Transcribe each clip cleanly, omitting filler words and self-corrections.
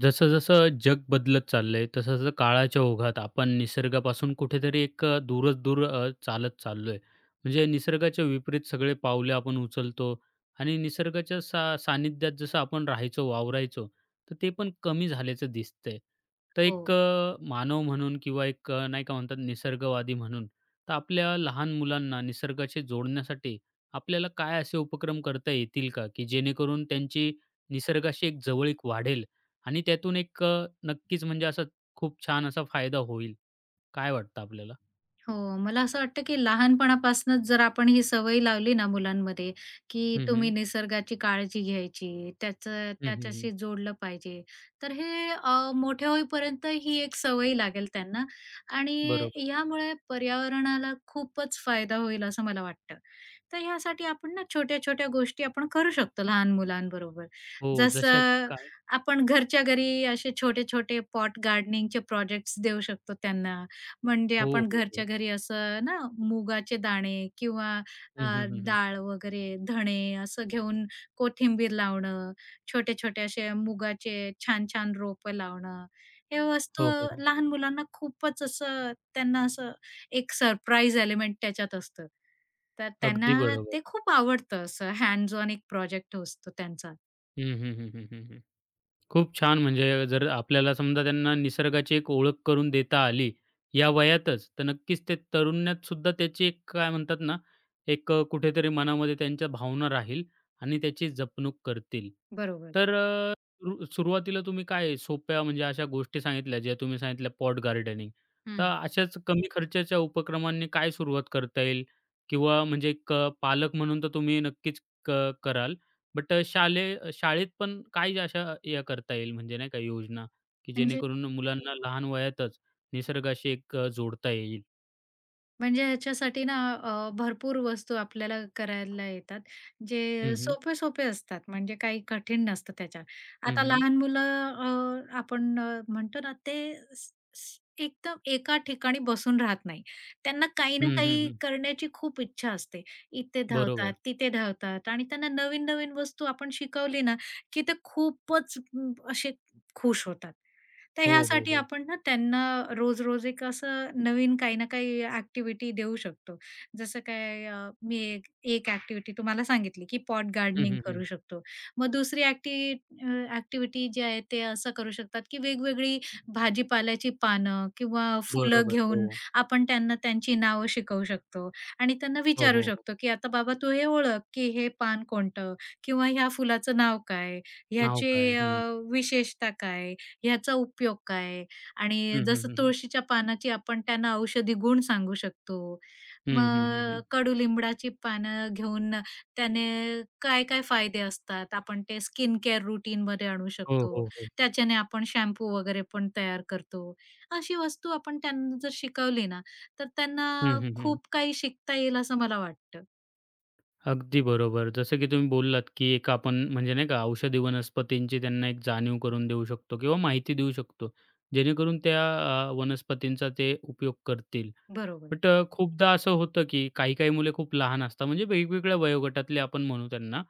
जसं-जसं जग बदलत चाललंय, तसं-तसं काळाच्या ओघात आपण निसर्गापासून कुठेतरी एक दूर चालत चाललोय. म्हणजे निसर्गाच्या विपरीत सगळे पावले आपण उचलतो आणि निसर्गाच्या सानिध्यात जसं आपण राहायचो, वावरायचो, तर ते पण कमी झाल्याचं दिसतंय. तर एक हो, मानव म्हणून किंवा एक नाही का म्हणतात निसर्गवादी म्हणून, तर आपल्या लहान मुलांना निसर्गाशी जोडण्यासाठी आपल्याला काय असे उपक्रम करता येतील का, की जेणेकरून त्यांची निसर्गाशी एक जवळीक वाढेल? आणि त्यातून एक नक्कीच म्हणजे असा खूप छान असा फायदा होईल. काय वाटतं आपल्याला? हो. मला असं वाटतं, की लहानपणापासूनच जर आपण ही सवय लावली ना मुलांमध्ये, की हं, हं. तुम्ही निसर्गाची काळजी घ्यायची, त्याचं हं, हं, हं. त्याच्याशी जोडलं पाहिजे. तर हे मोठे होईपर्यंत ही एक सवय लागेल त्यांना आणि बरोबर. यामुळे पर्यावरणाला खूपच फायदा होईल असं मला वाटतं. तर ह्यासाठी आपण ना छोट्या-छोट्या गोष्टी आपण करू शकतो लहान मुलांबरोबर. हो, जशा की जसं काय. आपण घरच्या घरी असे छोटे-छोटे पॉट गार्डनिंगचे प्रोजेक्ट्स देऊ शकतो त्यांना. म्हणजे हो, आपण हो, हो. घरच्या घरी असं ना मुगाचे दाणे किंवा अ, हं, हं, हं, हं. डाळ वगैरे, धणे असं घेऊन कोथिंबीर लावणं, छोटे-छोटे असे मुगाचे छान-छान रोपं लावणं. हे वस्तू हो, हो, हो. लहान मुलांना खूपच असं त्यांना असं एक सरप्राईज एलिमेंट त्याच्यात असतं. तर अगदी त्यांना बरोबर. ते खूप आवडतं असं हँड्स ऑन एक प्रोजेक्ट असतो त्यांचा. हं, हं, हं, हं, हं, हं. खूप छान. म्हणजे जर आपल्याला समजा त्यांना निसर्गाची एक ओळख करून देता आली, या वयातच, तर नक्कीच ते तरुण्यात सुद्धा त्याची एक काय म्हणतात ना, एक कुठेतरी मनामध्ये त्यांच्या भावना राहील आणि त्याची जपणूक करतील. बरोबर. तर सुरुवातीला तुम्ही काय सोप्या म्हणजे अशा गोष्टी सांगितल्या, ज्या तुम्ही सांगितल्या पॉट गार्डनिंग. तर हं. अशाच कमी खर्चाच्या उपक्रमांनी काय सुरुवात करता येईल? किंवा म्हणजे एक पालक म्हणून तर तुम्ही नक्कीच कराल. बट शाळेत पण काय अशा या करता येईल म्हणजे नाही का योजना, की म्हणजे जेणेकरून मुलांना लहान वयातच निसर्गाशी एक जोडता येईल? म्हणजे ह्याच्यासाठी ना भरपूर वस्तू आपल्याला करायला येतात, हं, जे हं. सोपे-सोपे असतात, म्हणजे काही कठीण नसतं त्याच्यात. हं, आता हं. लहान मुलं आपण म्हणतो ना, ते स स एकदम एका ठिकाणी बसून राहत नाही. त्यांना काही ना हं, हं, काही हं. करण्याची खूप इच्छा असते. इथे धावतात, बरोबर. तिथे धावतात आणि त्यांना नवीन-नवीन वस्तू आपण शिकवली ना, की ते खूपच असे खुश होतात. तर हो, हो, ह्यासाठी हो. आपण ना त्यांना रोज-रोज एक असं नवीन काही ना काही ॲक्टिव्हिटी देऊ शकतो. जसं काय मी एक एक ॲक्टिव्हिटी तुम्हाला सांगितली, की पॉट हं, गार्डनिंग हं, हं. करू शकतो. मग दुसरी ॲक्टिव्हिटी जी आहे ते असं करू शकतात, की वेगवेगळी भाजीपाल्याची पानं किंवा फुलं बरोबर. घेऊन हो. आपण त्यांना त्यांची नावं शिकवू शकतो आणि त्यांना हो, विचारू हो, हो. शकतो, की आता बाबा तू हे ओळख, की हे पान कोणतं? किंवा ह्या फुलाचं नाव काय? नाव काय? ह्याची हं. विशेषता काय? ह्याचा उपयोग काय? आणि हं, हं, जसं हं, हं. तुळशीच्या पानाची आपण त्यांना औषधी गुण सांगू शकतो. हं, हं, हं, मग हं. कडुलिंबाची पानं घेऊन त्याने काय-काय फायदे असतात, आपण ते स्किन केअर रूटीनमध्ये आणू हो, शकतो. हो, हो. त्याच्याने आपण शॅम्पू वगैरे पण तयार करतो. अशी वस्तू आपण त्यांना जर शिकवली ना, तर हं, त्यांना हं, हं. खूप काही शिकता येईल असं मला वाटतं. अगदी बरोबर. जसं की तुम्ही बोललात, की एक आपण म्हणजे नाही का औषधी वनस्पतींची त्यांना एक जाणीव करून देऊ शकतो किंवा माहिती देऊ शकतो, जेणेकरून त्या वनस्पतींचा ते उपयोग करतील. बरोबर. बट खूपदा असं होतं, की काही-काही मुले खूप लहान असतात, म्हणजे वेगवेगळ्या वयोगटातले आपण म्हणू त्यांना,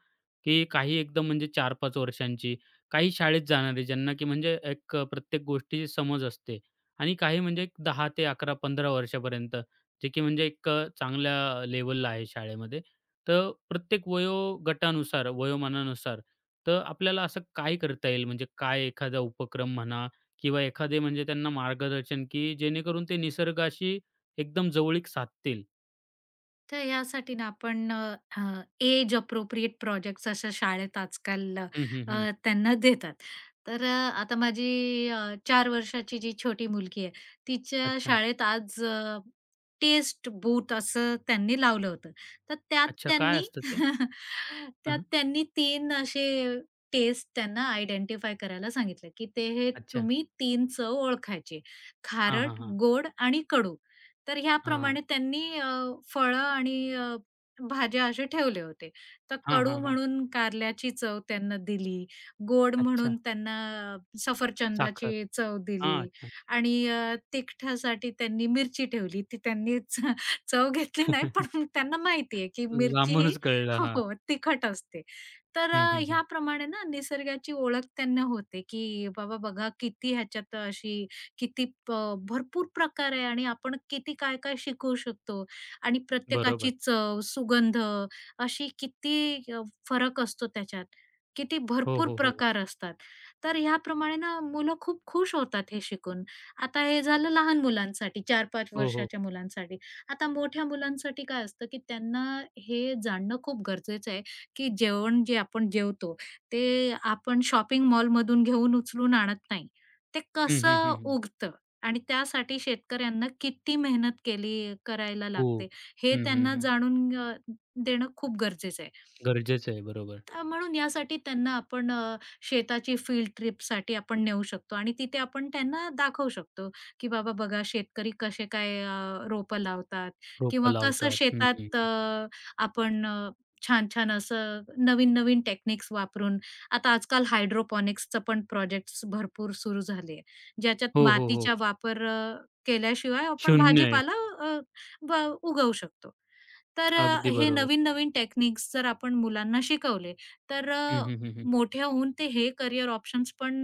की काही एकदम म्हणजे 4-5 वर्षांची, काही शाळेत जाणारी, ज्यांना की म्हणजे एक प्रत्येक गोष्टीची समज असते आणि काही म्हणजे 10 ते 11-15 वर्षापर्यंत, जे की म्हणजे एक चांगल्या लेव्हलला आहे शाळेमध्ये. तर प्रत्येक वयोगटानुसार, वयोमानानुसार तर आपल्याला असं काय करता येईल, म्हणजे काय एखादा उपक्रम म्हणा किंवा एखादे म्हणजे त्यांना मार्गदर्शन, की जेणेकरून ते निसर्गाशी एकदम जवळीक साधतील. तर यासाठी ना आपण एज अप्रोप्रिएट प्रोजेक्ट्स अशा शाळेत आजकाल हं, हं, हं. त्यांना देतात. तर आता माझी अ, 4 वर्षाची जी छोटी मुलगी आहे, तिच्या अच्छा. शाळेत आज टेस्ट बूट असं त्यांनी लावलं होतं. तर त्यात अच्छा, काय त्यांनी असतं ते? हं, त्यात हं. त्यांनी 3 असे टेस्ट त्यांना आयडेंटिफाय करायला सांगितलं, की ते हे अच्छा. तुम्ही 3 चव ओळखायची. हां, हां, खारट, हां. गोड आणि कडू. तर हां, ह्याप्रमाणे त्यांनी फळं आणि भाज्या असे ठेवले होते. तर हां. कडू हां, हां. म्हणून कारल्याची चव त्यांना दिली, गोड अच्छा. म्हणून त्यांना अ, साखर. सफरचंदाची चव हां, दिली अच्छा. आणि तिखटासाठी त्यांनी मिरची ठेवली. ती त्यांनी चव घेतली नाही, पण त्यांना माहिती आहे की मिरची ही लांबूनच कळलं. हो, हां. हो, तिखट असते. तर हं, हं, हं. ह्याप्रमाणे ना निसर्गाची ओळख त्यांना होते की बाबा बघा किती ह्याच्यात अशी किती भरपूर प्रकार आहे आणि आपण किती काय-काय शिकवू शकतो. आणि बरोबर. प्रत्येकाची चव, सुगंध अशी किती फरक असतो त्याच्यात. किती हो, भरपूर हो, हो. प्रकार असतात. तर ह्याप्रमाणे ना मुलं खूप खुश होतात हे शिकून. आता हे झालं लहान मुलांसाठी 4-5 हो, हो. वर्षाच्या मुलांसाठी. आता मोठ्या मुलांसाठी काय असतं, की त्यांना हे जाणणं खूप गरजेचं आहे, की जेवण जे आपण जेवतो ते आपण शॉपिंग मॉलमधून घेऊन उचलून आणत नाही. ते हं, हं, कसं हं, हं. उगतं आणि त्यासाठी शेतकऱ्यांना किती मेहनत केली करायला खूप. लागते हे हं, हं, त्यांना हं. जाणून देणं खूप गरजेचं आहे. गरजेचं आहे. बरोबर. म्हणून यासाठी त्यांना आपण शेताची फील्ड ट्रिपसाठी आपण नेऊ शकतो आणि तिथे आपण त्यांना दाखवू शकतो, की बाबा बघा शेतकरी कसे काय रोपं लावतात रोपं किंवा कसं लावतात. हं, शेतात हं. आपण छान-छान असं नवीन-नवीन टेक्निक्स वापरून आता आजकाल हायड्रोपॉनिक्सचं पण प्रोजेक्ट्स भरपूर सुरू झाले आहे. ज्याच्यात हो, हो, मातीचा हो. वापर केल्याशिवाय आपण शून्य आहे. भाजीपाला अ, ब उगवू शकतो. तर अगदी हे बरोबर. नवीन-नवीन टेक्निक्स जर आपण मुलांना शिकवले, तर हं, हं, हं, हं. मोठ्या होऊन ते हे करियर ऑप्शन्स पण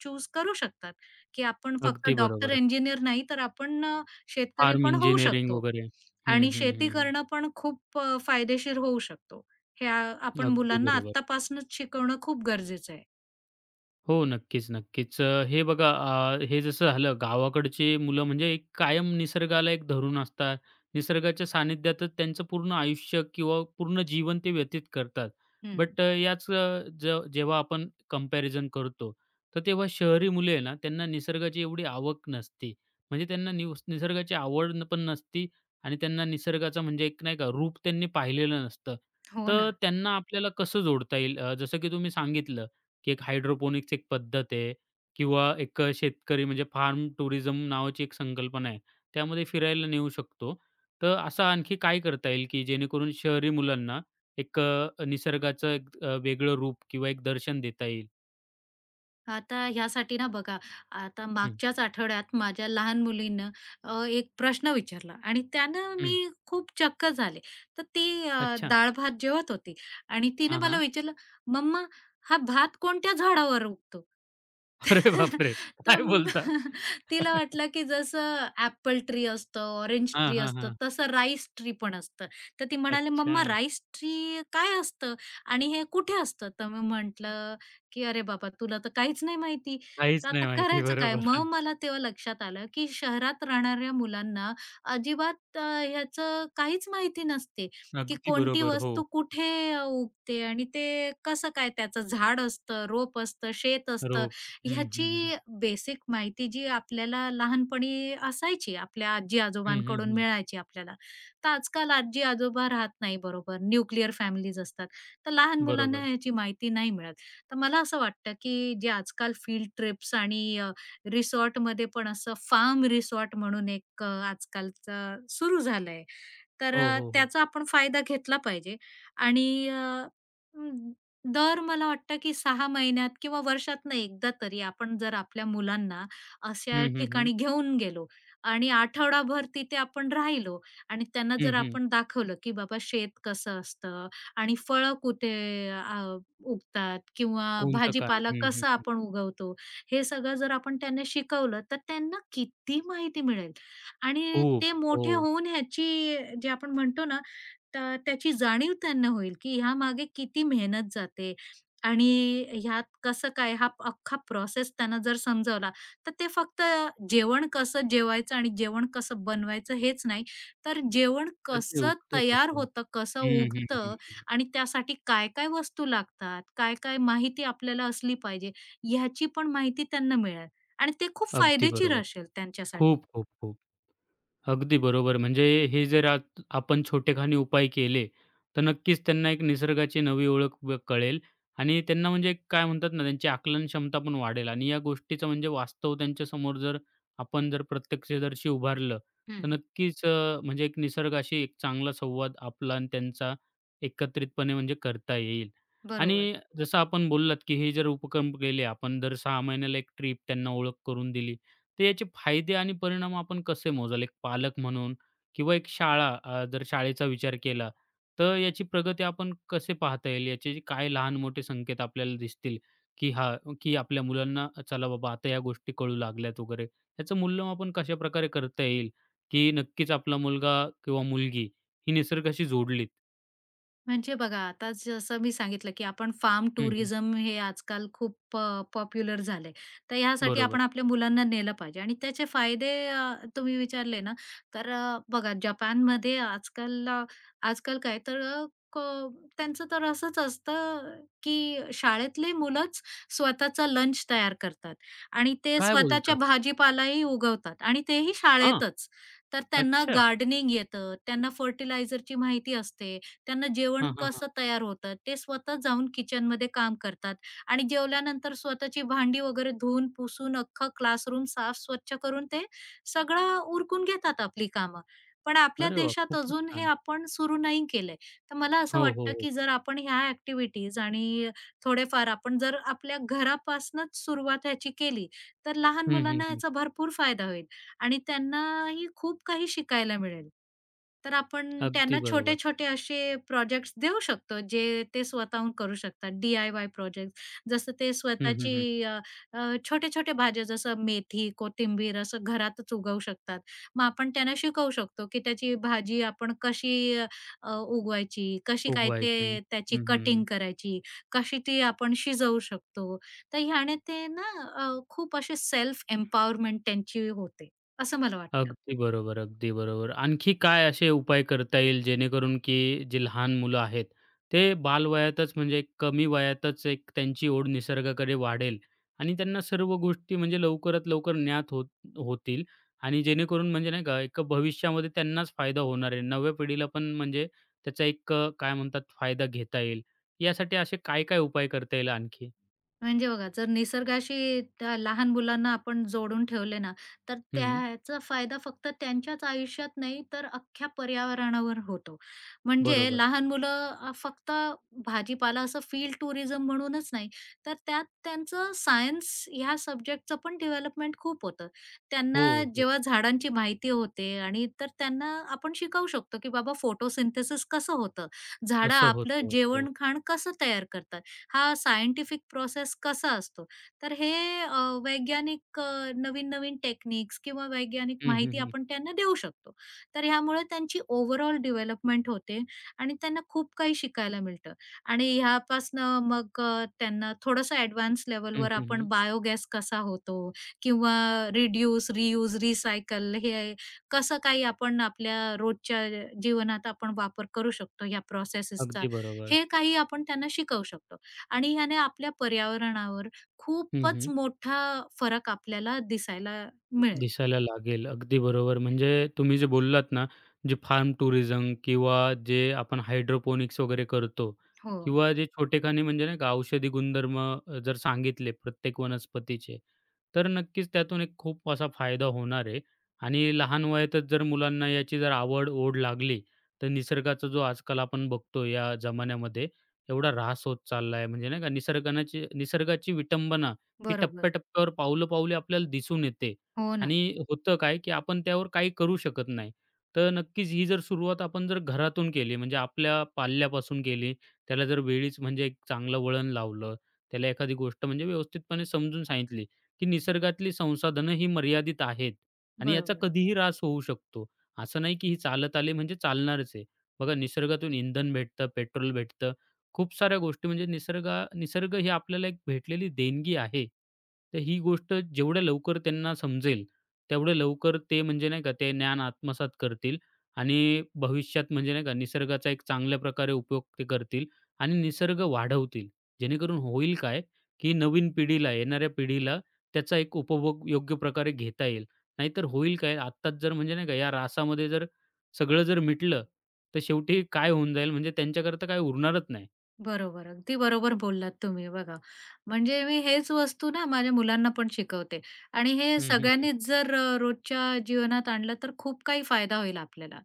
चूज करू शकतात, की आपण फक्त अगदी डॉक्टर, बरोबर. इंजिनिअर नाही, तर आपण शेतकरी फार्म पण होऊ इंजिनिअरिंग शकतो वगैरे. हं, आणि हं, शेती हं, हं. करणं पण खूप फायदेशीर होऊ शकतो. हे आ आपण अगदी मुलांना बरोबर. आत्तापासूनच शिकवणं खूप गरजेचं आहे. हो, नक्कीच, नक्कीच. हे बघा हे जसं झालं गावाकडचे मुलं म्हणजे एक कायम निसर्गाला एक धरून असतात. निसर्गाच्या सानिध्यातच त्यांचं पूर्ण आयुष्य किंवा पूर्ण जीवन ते व्यतीत करतात. हं. बट याच जेव्हा आपण कंपॅरिझन करतो, तर तेव्हा शहरी मुले आहे ना, त्यांना निसर्गाची एवढी आवक नसते. म्हणजे त्यांना निसर्गाची आवड पण नसती आणि त्यांना निसर्गाचा म्हणजे एक नाही का रूप त्यांनी पाहिलेलं नसतं. हो तर ना. त्यांना आपल्याला कसं जोडता येईल? जसं की तुम्ही सांगितलं की एक हायड्रोपोनिक्स एक पद्धत आहे किंवा एक शेतकरी म्हणजे फार्म टुरिझम नावाची एक संकल्पना आहे. त्यामध्ये फिरायला नेऊ शकतो. तर असं आणखी काय करता येईल, की जेणेकरून शहरी मुलांना एक निसर्गाचं एक वेगळं रूप किंवा एक दर्शन देता येईल? आता ह्यासाठी ना बघा, आता हं, मागच्याच आठवड्यात माझ्या लहान मुलीनं एक प्रश्न विचारला आणि त्यानं हं. मी खूप चक्क झाले. तर ती अच्छा. डाळ-भात जेवत होती आणि तिने हां, मला हां. विचारलं, "मम्मा, हा भात कोणत्या झाडावर उगतो?" अरे बापरे! तर काय म- बोलता? तिला वाटलं, की जसं ॲपल ट्री असतं, ऑरेंज हां, ट्री हां, असतं, हां. तसं राईस ट्री पण असतं. तर ती म्हणाली, अच्छा. "मम्मा राईस ट्री काय असतं आणि हे कुठे असतं?" तर मी म्हटलं, की "अरे बाबा, तुला तर काहीच नाही माहिती, काहीच तर नाही आता माहिती. करायचं काय?" बरोबर. मग मला तेव्हा लक्षात आलं, की शहरात राहणाऱ्या मुलांना अजिबात ह्याचं काहीच माहिती नसते, की अगदी कोणती बरोबर. हो. वस्तू कुठे उगते आणि ते कसं काय त्याचं झाड असतं, रोप असतं, शेत असतं. रोप. हं, हं, हं. ह्याची बेसिक माहिती जी आपल्याला लहानपणी असायची, आपल्या हं, हं, आजी-आजोबांकडून हं. मिळायची आपल्याला. तर आजकाल आजी-आजोबा राहत नाही बरोबर, न्यूक्लिअर फॅमिलीज असतात. तर लहान मुलांना बरोबर. ह्याची माहिती नाही मिळत. तर मला असं वाटतं, की जे आजकाल फील्ड ट्रिप्स आणि रिसॉर्टमध्ये पण असं फार्म रिसॉर्ट म्हणून एक आजकालचं सुरू झालंय. तर हो, हो, हो. त्याचा आपण फायदा घेतला पाहिजे आणि अं, दर मला वाटतं की 6 महिन्यात किंवा वर्षातनं एकदा तरी आपण जर आपल्या मुलांना अशा हं, हं, हं. ठिकाणी घेऊन गेलो आणि आठवडाभर तिथे आपण राहिलो आणि त्यांना हं, जर हं. आपण दाखवलं की बाबा शेत कसं असतं आणि फळं कुठे अ, उगतात किंवा कोणतं काय? भाजीपाला हं, हं, कसा हं. आपण उगवतो, हे सगळं जर आपण त्यांना शिकवलं, तर त्यांना किती माहिती मिळेल. आणि खूप. ते मोठे हो. होऊन ह्याची जे आपण म्हणतो ना, तर त्याची जाणीव त्यांना होईल, की ह्या मागे किती मेहनत जाते आणि ह्यात कसं काय हा अख्खा प्रोसेस त्यांना जर समजावला, तर ते फक्त जेवण कसं जेवायचं आणि जेवण कसं बनवायचं हेच नाही, तर जेवण तर ते कसं उगतं तयार कसं? होतं, कसं हं, हं, हं, उगतं हं. आणि त्यासाठी काय-काय वस्तू लागतात, काय-काय माहिती आपल्याला असली पाहिजे, ह्याची पण माहिती त्यांना मिळेल आणि ते खूप अगदी फायदेशीर बरोबर. असेल त्यांच्यासाठी. खूप, खूप, खूप. अगदी बरोबर. म्हणजे हे जर आत आपण छोटेखानी उपाय केले, तर नक्कीच त्यांना एक निसर्गाची नवी ओळख व कळेल आणि त्यांना म्हणजे एक काय म्हणतात ना, त्यांची आकलन क्षमता पण वाढेल आणि या गोष्टीचं म्हणजे वास्तव त्यांच्यासमोर जर आपण जर प्रत्यक्षदर्शी उभारलं, तर हं. नक्कीच म्हणजे एक निसर्गाशी एक चांगला संवाद आपला आणि त्यांचा एकत्रितपणे म्हणजे करता येईल. बरोबर. आणि जसं आपण बोललात, की हे जर उपक्रम केले आपण दर 6 महिन्याला एक ट्रिप त्यांना ओळख करून दिली. तर याचे फायदे आणि परिणाम आपण कसे मोजाल? एक पालक म्हणून किंवा एक शाळा जर शाळेचा विचार केला, तर याची प्रगती आपण कसे पाहता येईल? याचे जे काय लहान-मोठे संकेत आपल्याला दिसतील, की हां, की आपल्या मुलांना चला बाबा आता या गोष्टी कळू लागल्यात वगैरे. याचं मूल्यमापन कशाप्रकारे करता येईल, की नक्कीच आपला मुलगा किंवा मुलगी ही निसर्गाशी जोडलीत? म्हणजे बघा आता जसं मी सांगितलं, की आपण फार्म हं, हं. टुरिझम हे आजकाल खूप पॉप्युलर झालंय. तर ह्यासाठी बरोबर. आपण आपल्या मुलांना नेलं पाहिजे आणि त्याचे फायदे तुम्ही विचारले ना, तर बघा जपानमध्ये आजकाल अ, आजकाल काय तर अ, क त्यांचं तर असंच असतं, की शाळेतली मुलंच स्वतःचा लंच तयार करतात आणि ते काय स्वतःच्या बोलता? भाजीपालाही उगवतात आणि तेही हां. शाळेतच. तर त्यांना अच्छा. गार्डनिंग येतं, त्यांना फर्टिलायझरची माहिती असते. त्यांना जेवण हां, हां, हां. कसं तयार होतं ते स्वतः जाऊन किचनमध्ये काम करतात आणि जेवल्यानंतर स्वतःची भांडी वगैरे धुवून पुसून अख्खा क्लासरूम साफ स्वच्छ करून ते सगळं उरकून घेतात आपली कामं. पण आपल्या अरे वाह! देशात खूपच अजून हे छान. आपण सुरू नाही केलंय. तर मला असं हो, हो, वाटतं, हो. की जर आपण ह्या ॲक्टिव्हिटीज आणि थोडेफार आपण जर आपल्या घरापासनंच सुरुवात ह्याची केली, तर लहान हं, हं, मुलांना हं. याचा भरपूर फायदा होईल. आणि त्यांनाही खूप काही शिकायला मिळेल. तर आपण अगदी त्यांना बरोबर. छोटे-छोटे असे प्रोजेक्ट्स देऊ शकतो, जे ते स्वतःहून करू शकतात. D I Y projects. जसं ते हं, हं, स्वतःची हं. अ, अ, छोटे-छोटे भाज्या जसं मेथी, कोथिंबीर असं घरातच उगवू शकतात. मग आपण त्यांना शिकवू शकतो, की त्याची भाजी आपण कशी उगवायची, कशी खूप काय व्हायचे. हं, ते त्याची हं, हं. कटिंग करायची, कशी ती आपण शिजवू शकतो. तर ह्याने ते ना खूप असे सेल्फ एम्पॉवरमेंट त्यांची होते. असं मला वाटतं. अगदी बरोबर, अगदी बरोबर. आणखी काय असे उपाय करता येईल जेणेकरून की जे लहान मुलं आहेत, ते बालवयातच म्हणजे एक कमी वयातच एक त्यांची ओढ निसर्गाकडे वाढेल आणि त्यांना सर्व गोष्टी म्हणजे लवकरात लवकर ज्ञात होतील आणि जेणेकरून म्हणजे नाही का, एक भविष्यामध्ये त्यांनाच फायदा होणार आहे. नव्या पिढीला पण म्हणजे त्याचा एक काय म्हणतात फायदा घेता येईल. यासाठी असे काय-काय उपाय करता येईल आणखी? म्हणजे बघा जर निसर्गाशी त्या लहान मुलांना आपण जोडून ठेवले ना, तर हं, त्याचा फायदा फक्त त्यांच्याच आयुष्यात नाही तर अख्ख्या पर्यावरणावर होतो. म्हणजे बरोबर. लहान मुलं फक्त भाजीपाला असं फील्ड टुरिझम म्हणूनच नाही, तर त्यात त्यांचं सायन्स ह्या सब्जेक्टचं पण डेव्हलपमेंट खूप होतं. हो, त्यांना हो. जेव्हा झाडांची माहिती होते आणि तर त्यांना आपण शिकवू शकतो, की बाबा फोटोसिंथेसिस कसं होतं? झाडं कसं आपलं होतं? हो. जेवण-खाण कसं तयार करतात? हा सायंटिफिक प्रोसेस कसा असतो. तर हे अ, वैज्ञानिक नवीन-नवीन टेक्निक्स किंवा वैज्ञानिक हं, हं, माहिती हं. आपण त्यांना देऊ शकतो. तर ह्यामुळे त्यांची ओव्हरऑल डेव्हलपमेंट होते आणि त्यांना खूप काही शिकायला मिळतं आणि ह्यापासनं मग त्यांना थोडंसं ॲडव्हान्स हं, लेव्हलवर हं, आपण हं. बायोगॅस कसा होतो किंवा रिड्यूस, रियूज, रिसायकल हे कसं काही आपण आपल्या रोजच्या जीवनात आपण वापर करू शकतो ह्या प्रोसेसेसचा, अगदी बरोबर. हे काही आपण त्यांना शिकवू शकतो. आणि ह्याने आपल्या पर्यावरणावर हं, खूपच हं. मोठा फरक आपल्याला दिसायला मिळेल. दिसायला लागेल. अगदी बरोबर. म्हणजे तुम्ही जे बोललात ना, जे फार्म टुरिझम किंवा जे आपण हायड्रोपोनिक्स वगैरे करतो हो, किंवा जे छोटेखानी म्हणजे नाही का औषधी गुणधर्म जर सांगितले प्रत्येक वनस्पतीचे, तर नक्कीच त्यातून एक खूप असा फायदा होणार आहे आणि लहान वयातच जर मुलांना याची जर आवड ओढ लागली, तर निसर्गाचा जो आजकाल आपण बघतो या जमान्यामध्ये एवढा ऱ्हास होत चालला आहे, म्हणजे नाही का निसर्गाची निसर्गाची विटंबना ही बरोबर. टप्प्या-टप्प्यावर, पाऊलं-पाऊले आपल्याला दिसून येते हो ना, आणि होतं काय, की आपण त्यावर काही करू शकत नाही. तर नक्कीच ही जर सुरुवात आपण जर घरातून केली, म्हणजे आपल्या पाल्यापासून केली, त्याला जर वेळीच म्हणजे एक चांगलं वळण लावलं, त्याला एखादी गोष्ट म्हणजे व्यवस्थितपणे समजून सांगितली, की निसर्गातली संसाधनं ही मर्यादित आहेत आणि याचा बरोबर. कधीही ऱ्हास होऊ शकतो. असं नाही की ही चालत आली म्हणजे चालणारच आहे. बघा निसर्गातून इंधन भेटतं, पेट्रोल भेटतं. खूप साऱ्या गोष्टी म्हणजे निसर्ग ही आपल्याला एक भेटलेली देणगी आहे. तर ही गोष्ट जेवढ्या लवकर त्यांना समजेल, तेवढ्या लवकर ते म्हणजे नाही का ते ज्ञान आत्मसात करतील आणि भविष्यात म्हणजे नाही का निसर्गाचा एक चांगल्या प्रकारे उपयोग ते करतील आणि निसर्ग वाढवतील. जेणेकरून होईल काय, की नवीन पिढीला, येणाऱ्या पिढीला त्याचा एक उपभोग योग्य प्रकारे घेता येईल. नाहीतर होईल काय? आत्ताच जर म्हणजे नाही का या रासामध्ये जर सगळं जर मिटलं, तर शेवटी काय होऊन जाईल म्हणजे त्यांच्याकरता काय उरणारच नाही. बरोबर. अगदी बरोबर बोललात तुम्ही बघा. म्हणजे मी हेच वस्तू ना माझ्या मुलांना पण शिकवते आणि हे हं, हं, हं. सगळ्यांनीच जर रोजच्या जीवनात आणलं तर खूप काही फायदा होईल आपल्याला.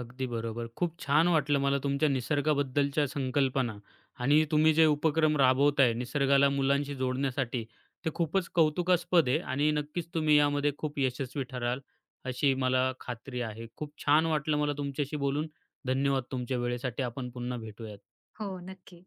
अगदी बरोबर. खूप छान वाटलं मला तुमच्या निसर्गाबद्दलच्या संकल्पना आणि तुम्ही जे उपक्रम राबवताय निसर्गाला मुलांशी जोडण्यासाठी, ते खूपच कौतुकास्पद आहे आणि नक्कीच तुम्ही यामध्ये खूप यशस्वी ठराल, अशी मला खात्री आहे. खूप छान वाटलं मला तुमच्याशी बोलून. धन्यवाद तुमच्या वेळेसाठी. आपण पुन्हा भेटूयात. हो, नक्की.